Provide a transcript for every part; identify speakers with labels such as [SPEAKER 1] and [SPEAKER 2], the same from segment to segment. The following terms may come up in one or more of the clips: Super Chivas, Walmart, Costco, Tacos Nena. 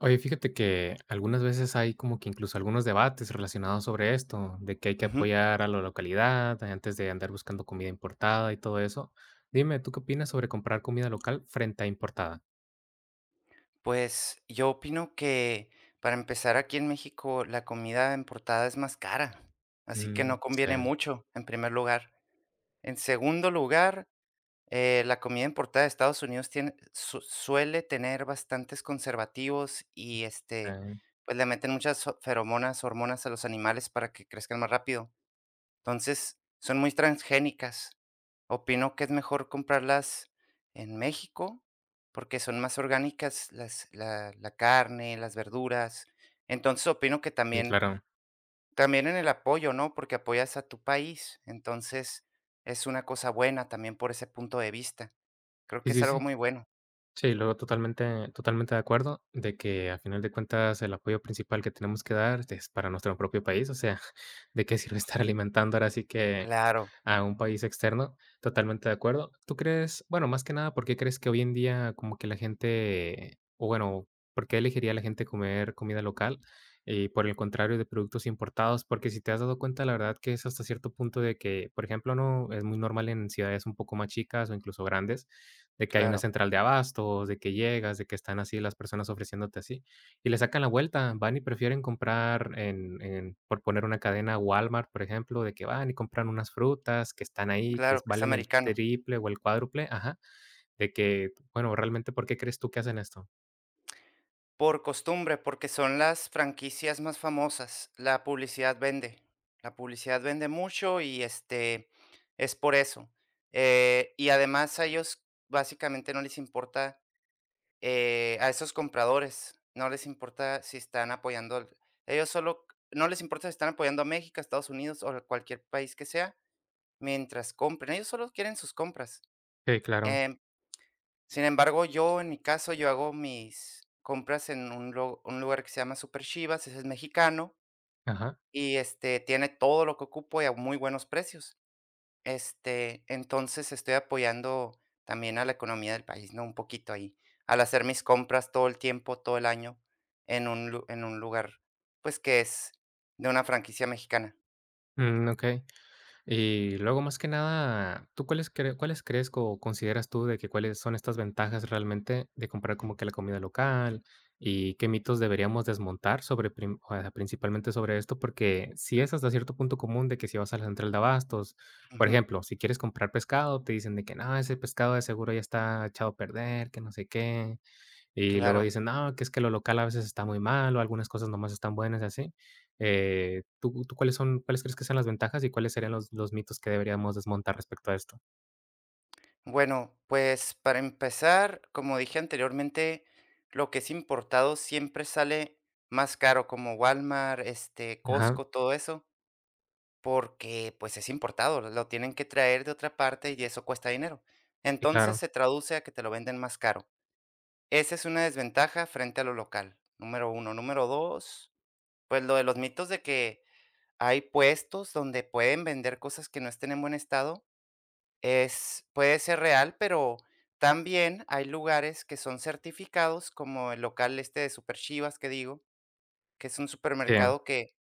[SPEAKER 1] Oye, fíjate que algunas veces hay como que incluso algunos debates relacionados sobre esto, de que hay que
[SPEAKER 2] Ujú.
[SPEAKER 1] apoyar a la localidad antes de andar buscando comida importada y todo eso. Dime, ¿tú qué opinas sobre comprar comida local frente a importada?
[SPEAKER 2] Pues yo opino que para empezar aquí en México la comida importada es más cara, así que
[SPEAKER 1] Mm,
[SPEAKER 2] no
[SPEAKER 1] sí,
[SPEAKER 2] conviene mucho, en primer lugar. En segundo lugar, la comida importada de Estados Unidos tiene, suele tener bastantes conservativos y
[SPEAKER 1] sí,
[SPEAKER 2] pues le meten muchas feromonas, hormonas a los animales para que crezcan más rápido. Entonces, son muy transgénicas. Opino que es mejor comprarlas en México, porque son más orgánicas las la la carne, las verduras. Entonces, opino que
[SPEAKER 1] sí,
[SPEAKER 2] también
[SPEAKER 1] claro.
[SPEAKER 2] también en el apoyo, ¿no? Porque apoyas a tu país. Entonces, es una cosa buena también por ese punto de vista. Creo
[SPEAKER 1] Sí,
[SPEAKER 2] que es
[SPEAKER 1] sí,
[SPEAKER 2] algo
[SPEAKER 1] sí.
[SPEAKER 2] muy bueno.
[SPEAKER 1] Sí, luego totalmente, totalmente de acuerdo de que a final de cuentas el apoyo principal que tenemos que dar es para nuestro propio país, o sea, ¿de qué sirve estar alimentando ahora sí que
[SPEAKER 2] Claro,
[SPEAKER 1] a un país externo? Totalmente de acuerdo. ¿Tú crees, bueno, más que nada, por qué crees que hoy en día como que la gente, o bueno, por qué elegiría la gente comer comida local y por el contrario de productos importados? Porque si te has dado cuenta, la verdad que es hasta cierto punto de que, por ejemplo, no es muy normal en ciudades un poco más chicas o incluso grandes, de que hay una
[SPEAKER 2] claro,
[SPEAKER 1] central de abastos, de que llegas, de que están así las personas ofreciéndote así. Y le sacan la vuelta, van y prefieren comprar en, por poner una cadena, Walmart, por ejemplo, de que van y compran unas frutas que están ahí, que
[SPEAKER 2] claro, que es
[SPEAKER 1] valen el
[SPEAKER 2] americano.
[SPEAKER 1] triple o el cuádruple, ajá, de que, bueno, realmente, ¿por qué crees tú que hacen esto?
[SPEAKER 2] Por costumbre, porque son las franquicias más famosas. La publicidad vende. La publicidad vende mucho y, es por eso. Y además a ellos básicamente no les importa, a esos compradores, no les importa si están apoyando al ellos solo no les importa si están apoyando a México, a Estados Unidos o a cualquier país que sea, mientras compren. Ellos solo quieren sus compras.
[SPEAKER 1] Sí, claro,
[SPEAKER 2] Eh, Sin embargo, yo en mi caso, yo hago mis compras en un lugar que se llama Super Chivas, ese es mexicano,
[SPEAKER 1] ajá,
[SPEAKER 2] y, tiene todo lo que ocupo y a muy buenos precios. Entonces, estoy apoyando también a la economía del país, ¿no? Un poquito ahí, al hacer mis compras todo el tiempo, todo el año, en un lu en un lugar, pues, que es de una franquicia mexicana.
[SPEAKER 1] mm, okey. Y luego, más que nada, ¿tú cuáles crees o consideras tú de que cuáles son estas ventajas realmente de comprar como que la comida local? ¿Y qué mitos deberíamos desmontar sobre prim o sea, principalmente sobre esto? Porque si es hasta cierto punto común de que si vas a la central de abastos, por
[SPEAKER 2] Ujú,
[SPEAKER 1] ejemplo, si quieres comprar pescado, te dicen de que: "No, ese pescado de seguro ya está echado a perder, que no sé qué". Y luego
[SPEAKER 2] claro.
[SPEAKER 1] dicen: "No, que es que lo local a veces está muy mal, o algunas cosas nomás están buenas", y así. ¿Tú cuáles son cuáles crees que sean las ventajas y cuáles serían los mitos que deberíamos desmontar respecto a esto?
[SPEAKER 2] Bueno, pues para empezar, como dije anteriormente, lo que es importado siempre sale más caro, como Walmart,
[SPEAKER 1] Ajá.
[SPEAKER 2] Costco, todo eso, porque pues es importado, lo tienen que traer de otra parte y eso cuesta dinero.
[SPEAKER 1] Sí,
[SPEAKER 2] Entonces
[SPEAKER 1] claro.
[SPEAKER 2] se traduce a que te lo venden más caro. Esa es una desventaja frente a lo local, número uno. Número dos, pues lo de los mitos de que hay puestos donde pueden vender cosas que no estén en buen estado. Es puede ser real, pero también hay lugares que son certificados, como el local este de Super Chivas que digo, que es un
[SPEAKER 1] Sí.
[SPEAKER 2] supermercado que,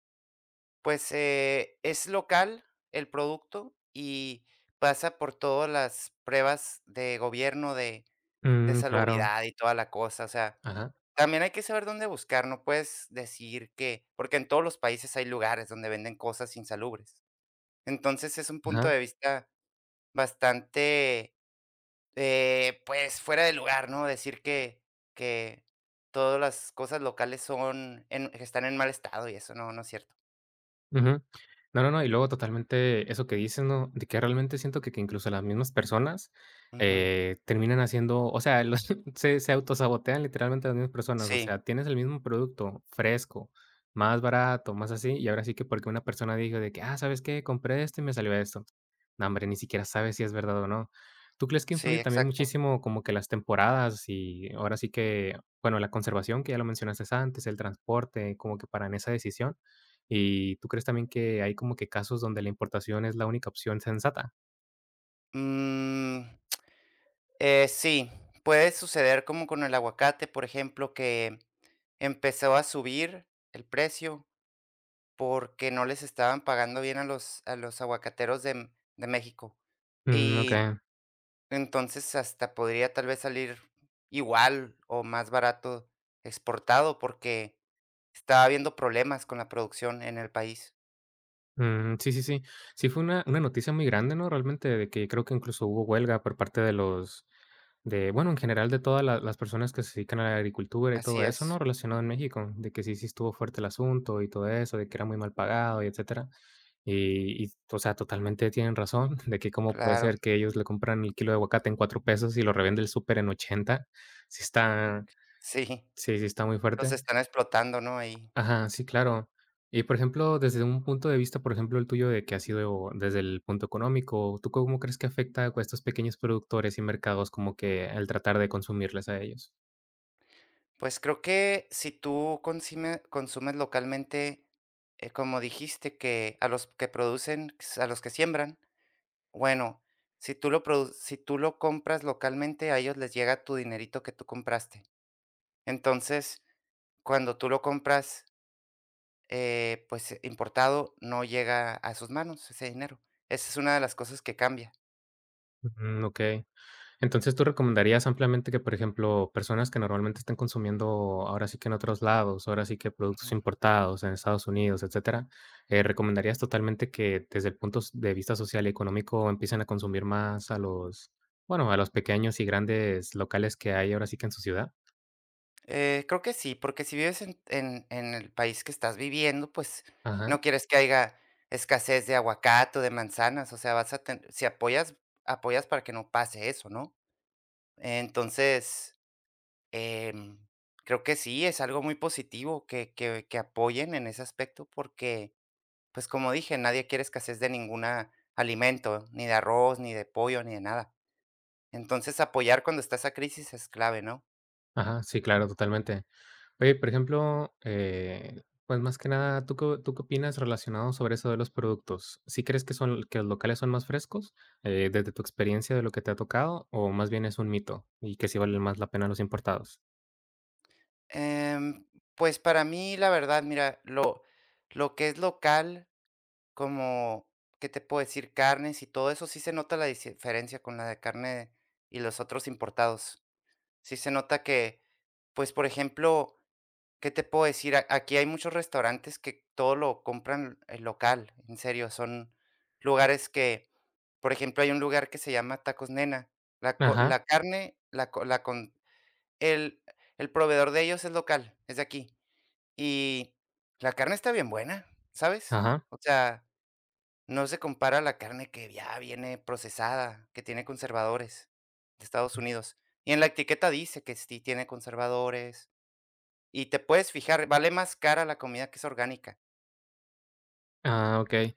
[SPEAKER 2] pues, es local el producto y pasa por todas las pruebas de gobierno de
[SPEAKER 1] Mm, claro.
[SPEAKER 2] salubridad y toda la cosa. O sea,
[SPEAKER 1] Ajá,
[SPEAKER 2] también hay que saber dónde buscar, no puedes decir que porque en todos los países hay lugares donde venden cosas insalubres. Entonces, es un punto
[SPEAKER 1] ajá.
[SPEAKER 2] de vista bastante pues, fuera de lugar, ¿no? Decir que todas las cosas locales son en que están en mal estado y eso no, no es cierto.
[SPEAKER 1] Ujú. No, no, no, y luego totalmente eso que dices, ¿no? De que realmente siento que incluso las mismas personas,
[SPEAKER 2] Ujú.
[SPEAKER 1] terminan haciendo, o sea, los se autosabotean literalmente las mismas personas, o
[SPEAKER 2] Sí,
[SPEAKER 1] sea, tienes el mismo producto fresco, más barato, más así, y ahora sí que porque una persona dijo de que: "Ah, ¿sabes qué? Compré esto y me salió esto". No, hombre, ni siquiera sabes si es verdad o no. ¿Tú crees que
[SPEAKER 2] sí,
[SPEAKER 1] influye también
[SPEAKER 2] exacto.
[SPEAKER 1] muchísimo como que las temporadas y ahora sí que, bueno, la conservación, que ya lo mencionaste antes, el transporte, como que para en esa decisión? ¿Y tú crees también que hay como que casos donde la importación es la única opción sensata?
[SPEAKER 2] Mm, sí, puede suceder como con el aguacate, por ejemplo, que empezó a subir el precio porque no les estaban pagando bien a los aguacateros de México.
[SPEAKER 1] Mm,
[SPEAKER 2] Y
[SPEAKER 1] okey.
[SPEAKER 2] entonces, hasta podría tal vez salir igual o más barato exportado, porque estaba habiendo problemas con la producción en el país.
[SPEAKER 1] Mm, sí, sí, sí. Sí fue una noticia muy grande, ¿no? Realmente, de que creo que incluso hubo huelga por parte de los de, bueno, en general de todas la las personas que se dedican a la agricultura y todo
[SPEAKER 2] Así
[SPEAKER 1] eso,
[SPEAKER 2] es,
[SPEAKER 1] ¿no? Relacionado en México, de que sí, sí estuvo fuerte el asunto y todo eso, de que era muy mal pagado y etcétera. Y, o sea, totalmente tienen razón, de que cómo puede
[SPEAKER 2] claro.
[SPEAKER 1] ser que ellos le compran el kilo de aguacate en cuatro pesos y lo revende el súper en ochenta. Sí está
[SPEAKER 2] Ex sí,
[SPEAKER 1] sí, sí está muy
[SPEAKER 2] los
[SPEAKER 1] fuerte.
[SPEAKER 2] están explotando, ¿no?, ahí.
[SPEAKER 1] Ajá, sí, claro. Y, por ejemplo, desde un punto de vista, por ejemplo, el tuyo de que ha sido desde el punto económico, ¿tú cómo crees que afecta a estos pequeños productores y mercados como que el tratar de consumirles a ellos?
[SPEAKER 2] Pues, creo que si tú consime consumes localmente, como dijiste, que a los que producen, a los que siembran, bueno, si tú lo produ si tú lo compras localmente, a ellos les llega tu dinerito que tú compraste. Entonces cuando tú lo compras, pues, importado, no llega a sus manos ese dinero. Esa es una de las cosas que cambia.
[SPEAKER 1] Mm, okey. Entonces, ¿tú recomendarías ampliamente que, por ejemplo, personas que normalmente estén consumiendo ahora sí que en otros lados, ahora sí que productos
[SPEAKER 2] Ujú.
[SPEAKER 1] importados en Estados Unidos, etcétera, recomendarías totalmente que desde el de vista social y económico empiecen a consumir más a los, bueno, a los pequeños y grandes locales que hay ahora sí que en su ciudad?
[SPEAKER 2] Creo que sí, porque si vives en el país que estás viviendo, pues,
[SPEAKER 1] Ajá.
[SPEAKER 2] no quieres que haya escasez de aguacate o de manzanas, o sea, vas a ten si apoyas apoyas para que no pase eso, ¿no? Entonces, em, creo que sí, es algo muy positivo que apoyen en ese aspecto, porque pues, como dije, nadie quiere escasez de ninguna alimento, ni de arroz, ni de pollo, ni de nada. Entonces, apoyar cuando está esa crisis es clave, ¿no?
[SPEAKER 1] Ajá, sí, claro, totalmente. Oye, por ejemplo, pues más que nada, tú qué opinas relacionado sobre eso de los productos? ¿Sí crees que los locales son más frescos, desde tu experiencia de lo que te ha tocado, o más bien es un mito y que sí valen más la pena los importados?
[SPEAKER 2] Em, pues, para mí, la verdad, mira, lo que es local, como, ¿qué te puedo decir? Carnes y todo eso, sí se nota la dis diferencia con la de carne y los otros importados. Sí se nota que, pues, por ejemplo ¿qué te puedo decir? A Aquí hay muchos restaurantes que todo lo compran, local, en serio, son lugares que, por ejemplo, hay un lugar que se llama Tacos Nena, la co
[SPEAKER 1] Ajá,
[SPEAKER 2] la carne, la co la con el el proveedor de ellos es local, es de aquí, y la carne está bien buena, ¿sabes?
[SPEAKER 1] ajá.
[SPEAKER 2] O sea, no se compara a la carne que ya viene procesada, que tiene conservadores de Estados Unidos, y en la etiqueta dice que sí tiene conservadores y te puedes fijar, vale más cara la comida que es orgánica,
[SPEAKER 1] Ah, okey.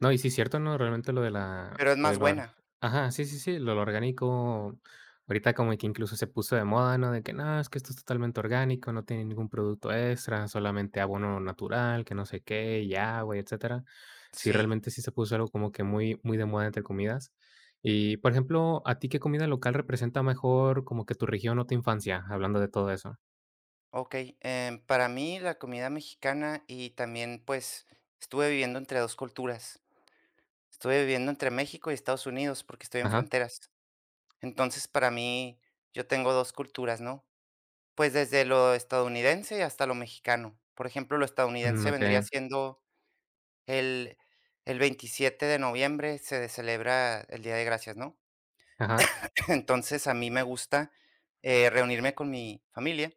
[SPEAKER 1] No, y sí, cierto, ¿no? Realmente
[SPEAKER 2] pero es
[SPEAKER 1] lo de
[SPEAKER 2] más
[SPEAKER 1] lo or
[SPEAKER 2] buena.
[SPEAKER 1] ajá, sí, sí, sí, lo orgánico, ahorita como que incluso se puso de moda, ¿no? De que: "No, es que esto es totalmente orgánico, no tiene ningún producto extra, solamente abono natural, que no sé qué, y agua, y etcétera". Sí,
[SPEAKER 2] Sí,
[SPEAKER 1] realmente sí se puso algo como que muy muy de moda, entre comidas. Y, por ejemplo, ¿a ti qué comida local representa mejor como que tu región o tu infancia? Hablando de todo eso.
[SPEAKER 2] okey, para mí la comida mexicana y también, pues, estuve viviendo entre 2 culturas. Estuve viviendo entre México y Estados Unidos porque estoy en
[SPEAKER 1] Ajá.
[SPEAKER 2] fronteras. Entonces, para mí, yo tengo 2 culturas, ¿no? Pues, desde lo estadounidense hasta lo mexicano. Por ejemplo, lo
[SPEAKER 1] Mm,
[SPEAKER 2] estadounidense vendría
[SPEAKER 1] okey.
[SPEAKER 2] siendo el el 27 de noviembre se celebra el Día de Gracias, ¿no?
[SPEAKER 1] Ajá.
[SPEAKER 2] Entonces, a mí me gusta, reunirme con mi familia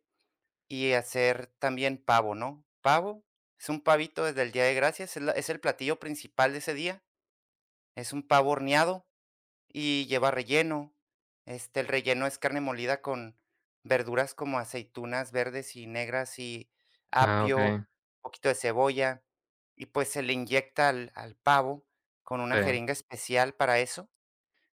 [SPEAKER 2] y hacer también pavo, ¿no? Pavo, es un pavito desde el Día de Gracias, es la es el platillo principal de ese día, es un pavo horneado y lleva relleno, el relleno es carne molida con verduras como aceitunas verdes y negras y
[SPEAKER 1] Ah,
[SPEAKER 2] apio,
[SPEAKER 1] okey.
[SPEAKER 2] un poquito de cebolla, y, pues, se le inyecta al pavo con una
[SPEAKER 1] Sí.
[SPEAKER 2] jeringa especial para eso.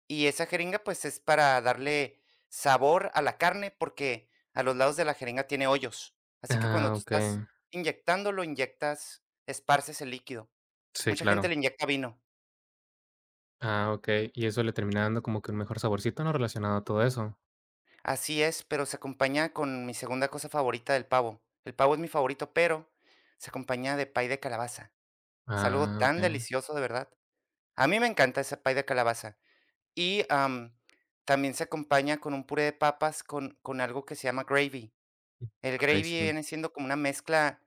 [SPEAKER 2] Y esa jeringa, pues, es para darle sabor a la carne, porque a los lados de la jeringa tiene hoyos. Así que cuando
[SPEAKER 1] Ah,
[SPEAKER 2] tú estás
[SPEAKER 1] okey.
[SPEAKER 2] inyectándolo, inyectas esparces el líquido.
[SPEAKER 1] Sí,
[SPEAKER 2] Mucha gente
[SPEAKER 1] claro.
[SPEAKER 2] le inyecta vino.
[SPEAKER 1] Ah, okey, y eso le termina dando como que un mejor saborcito, ¿no?, relacionado a todo eso.
[SPEAKER 2] Así es, pero se acompaña con mi segunda cosa favorita del pavo. El pavo es mi favorito, pero se acompaña de pay de calabaza. Es algo
[SPEAKER 1] Ah,
[SPEAKER 2] tan
[SPEAKER 1] okey.
[SPEAKER 2] delicioso, de verdad. A mí me encanta ese pay de calabaza. Y, también se acompaña con un puré de papas con algo que se llama gravy.
[SPEAKER 1] Mm,
[SPEAKER 2] El
[SPEAKER 1] okey,
[SPEAKER 2] gravy
[SPEAKER 1] sí.
[SPEAKER 2] viene siendo como una mezcla,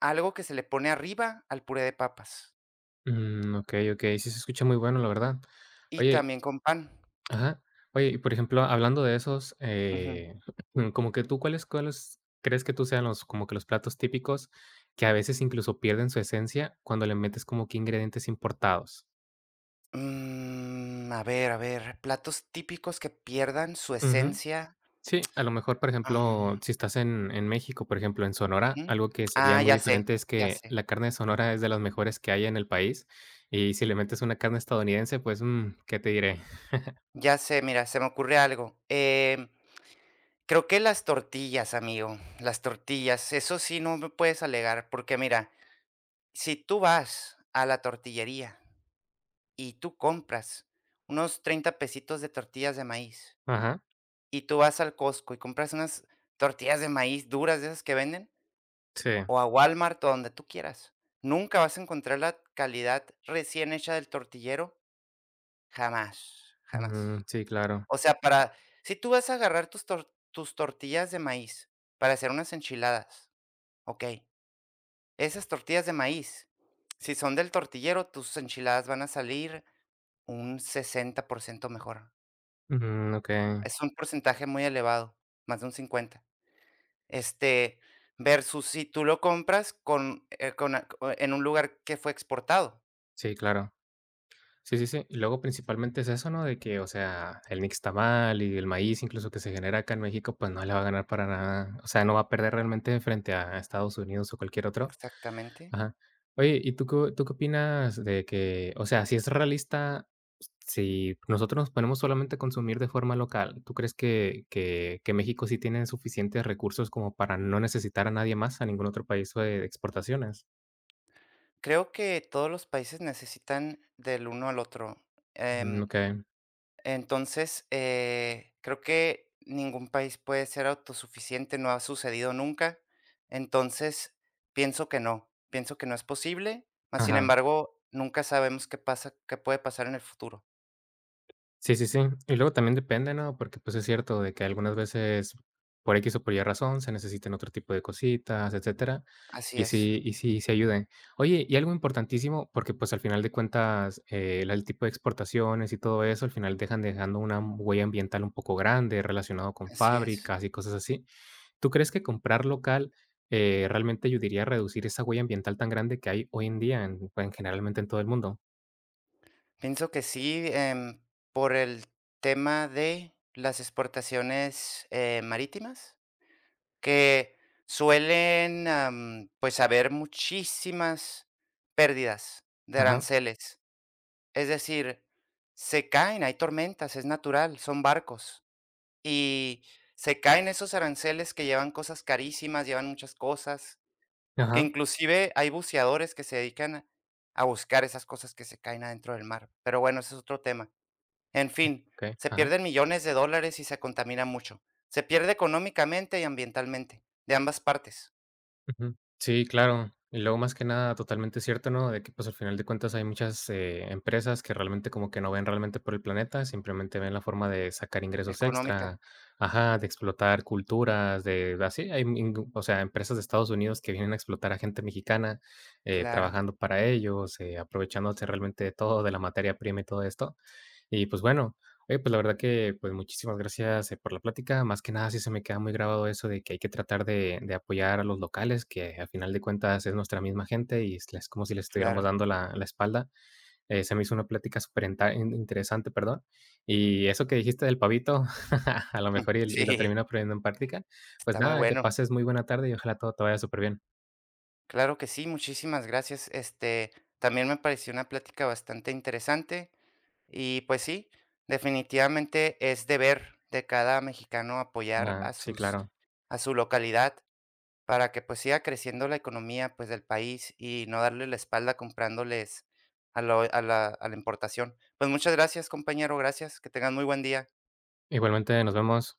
[SPEAKER 2] algo que se le pone arriba al puré de papas
[SPEAKER 1] Mm, okey, okey, sí se escucha muy bueno, la verdad.
[SPEAKER 2] y
[SPEAKER 1] Oye
[SPEAKER 2] también con pan.
[SPEAKER 1] ajá. Oye, y por ejemplo, hablando de esos,
[SPEAKER 2] Ujú.
[SPEAKER 1] como que tú, cuáles crees que tú sean los como que los platos típicos que a veces incluso pierden su esencia cuando le metes como que ingredientes importados?
[SPEAKER 2] Mm, a ver, platos típicos que pierdan su
[SPEAKER 1] Ujú.
[SPEAKER 2] esencia.
[SPEAKER 1] Sí, a lo mejor, por ejemplo,
[SPEAKER 2] Am,
[SPEAKER 1] si estás en México, por ejemplo, en Sonora,
[SPEAKER 2] ujú.
[SPEAKER 1] algo que sería
[SPEAKER 2] Ah,
[SPEAKER 1] muy
[SPEAKER 2] ya sé,
[SPEAKER 1] diferente es
[SPEAKER 2] ya
[SPEAKER 1] que
[SPEAKER 2] sé,
[SPEAKER 1] la carne de Sonora es de las mejores que hay en el país, y si le metes una carne estadounidense, pues, mm, ¿qué te diré?
[SPEAKER 2] ya sé, mira, se me ocurre algo. Creo que las tortillas, amigo, las tortillas, eso sí no me puedes alegar, porque mira, si tú vas a la tortillería y tú compras unos 30 pesitos de tortillas de maíz
[SPEAKER 1] Ajá,
[SPEAKER 2] y tú vas al Costco y compras unas tortillas de maíz duras de esas que venden,
[SPEAKER 1] sí,
[SPEAKER 2] o a Walmart o donde tú quieras. Nunca vas a encontrar la calidad recién hecha del tortillero, jamás,
[SPEAKER 1] ujú,
[SPEAKER 2] jamás.
[SPEAKER 1] sí, claro,
[SPEAKER 2] O sea, para si tú vas a agarrar tus tortillas de maíz para hacer unas enchiladas, ¿ok? esas tortillas de maíz, si son del tortillero, tus enchiladas van a salir un 60% mejor.
[SPEAKER 1] ujú, okey,
[SPEAKER 2] Es un porcentaje muy elevado, más de un 50. Este, Versus si tú lo compras con a co en un lugar que fue exportado.
[SPEAKER 1] sí, claro. Sí, sí, sí. Y luego principalmente es eso, ¿no? De que, o sea, el nixtamal y el maíz, incluso que se genera acá en México, pues, no le va a ganar para nada, o sea, no va a perder realmente frente a Estados Unidos o cualquier otro.
[SPEAKER 2] Exactamente.
[SPEAKER 1] Ajá. Oye, ¿y tú qué opinas de que, o sea, si es realista, si nosotros nos ponemos solamente a consumir de forma local, ¿tú crees que México sí tiene suficientes recursos como para no necesitar a nadie más, a ningún otro país de exportaciones?
[SPEAKER 2] Creo que todos los países necesitan del uno al otro.
[SPEAKER 1] Mm,
[SPEAKER 2] Em,
[SPEAKER 1] okey.
[SPEAKER 2] entonces, creo que ningún país puede ser autosuficiente, no ha sucedido nunca. Entonces, pienso que no es posible, mas sin
[SPEAKER 1] Ajá.
[SPEAKER 2] embargo, nunca sabemos qué pasa qué puede pasar en el futuro.
[SPEAKER 1] Sí, sí, sí. Y luego también depende, ¿no? Porque, pues, es cierto de que algunas veces, por X o por Y razón, se necesitan otro tipo de cositas, etcétera,
[SPEAKER 2] Así es,
[SPEAKER 1] y sí se ayuden. Oye, y algo importantísimo, porque, pues, al final de cuentas, la el tipo de exportaciones y todo eso, al final dejando una huella ambiental un poco grande, relacionado con
[SPEAKER 2] así es.
[SPEAKER 1] fábricas y cosas así. ¿Tú crees que comprar local, realmente ayudaría a reducir esa huella ambiental tan grande que hay hoy en día en, pues, generalmente en todo el mundo?
[SPEAKER 2] Pienso que sí, por el tema de las exportaciones, marítimas, que suelen, pues, haber muchísimas pérdidas de
[SPEAKER 1] Ajá,
[SPEAKER 2] aranceles. Es decir, se caen, hay tormentas, es natural, son barcos, y se caen esos aranceles que llevan cosas carísimas, llevan muchas cosas, que
[SPEAKER 1] ajá,
[SPEAKER 2] inclusive hay buceadores que se dedican a buscar esas cosas que se caen adentro del mar, pero bueno, ese es otro tema. En fin,
[SPEAKER 1] okey,
[SPEAKER 2] se
[SPEAKER 1] ajá.
[SPEAKER 2] pierden millones de dólares y se contamina mucho. Se pierde económicamente y ambientalmente, de ambas partes.
[SPEAKER 1] Ujú. Sí, claro. Y luego, más que nada, totalmente cierto, ¿no? De que, pues, al final de cuentas hay muchas, empresas que realmente como que no ven realmente por el planeta, simplemente ven la forma de sacar ingresos
[SPEAKER 2] Económica,
[SPEAKER 1] extra, ajá, de explotar culturas, de así, hay, mm, o sea, empresas de Estados Unidos que vienen a explotar a gente mexicana,
[SPEAKER 2] claro,
[SPEAKER 1] trabajando para ellos, aprovechándose realmente de todo, de la materia prima y todo esto. Y pues bueno, oye, pues la verdad que pues muchísimas gracias por la plática. Más que nada sí se me queda muy grabado eso de que hay que tratar de apoyar a los locales, que al final de cuentas es nuestra misma gente y es como si les estuviéramos
[SPEAKER 2] claro.
[SPEAKER 1] dando la, la espalda. Se me hizo una plática súper interesante, perdón. Y eso que dijiste del pavito, a lo
[SPEAKER 2] Mm,
[SPEAKER 1] mejor y lo
[SPEAKER 2] sí,
[SPEAKER 1] termino poniendo en práctica. Pues
[SPEAKER 2] está muy
[SPEAKER 1] nada, que
[SPEAKER 2] bueno.
[SPEAKER 1] pases muy buena tarde y ojalá todo te vaya súper bien.
[SPEAKER 2] Claro que sí, muchísimas gracias. También me pareció una plática bastante interesante y pues sí, definitivamente es deber de cada mexicano apoyar
[SPEAKER 1] Ah,
[SPEAKER 2] a
[SPEAKER 1] sí,
[SPEAKER 2] sus
[SPEAKER 1] claro.
[SPEAKER 2] a su localidad para que, pues, siga creciendo la economía, pues, del país y no darle la espalda comprándoles a lo a la importación. Pues, muchas gracias, compañero, gracias, que tengan muy buen día.
[SPEAKER 1] Igualmente, nos vemos.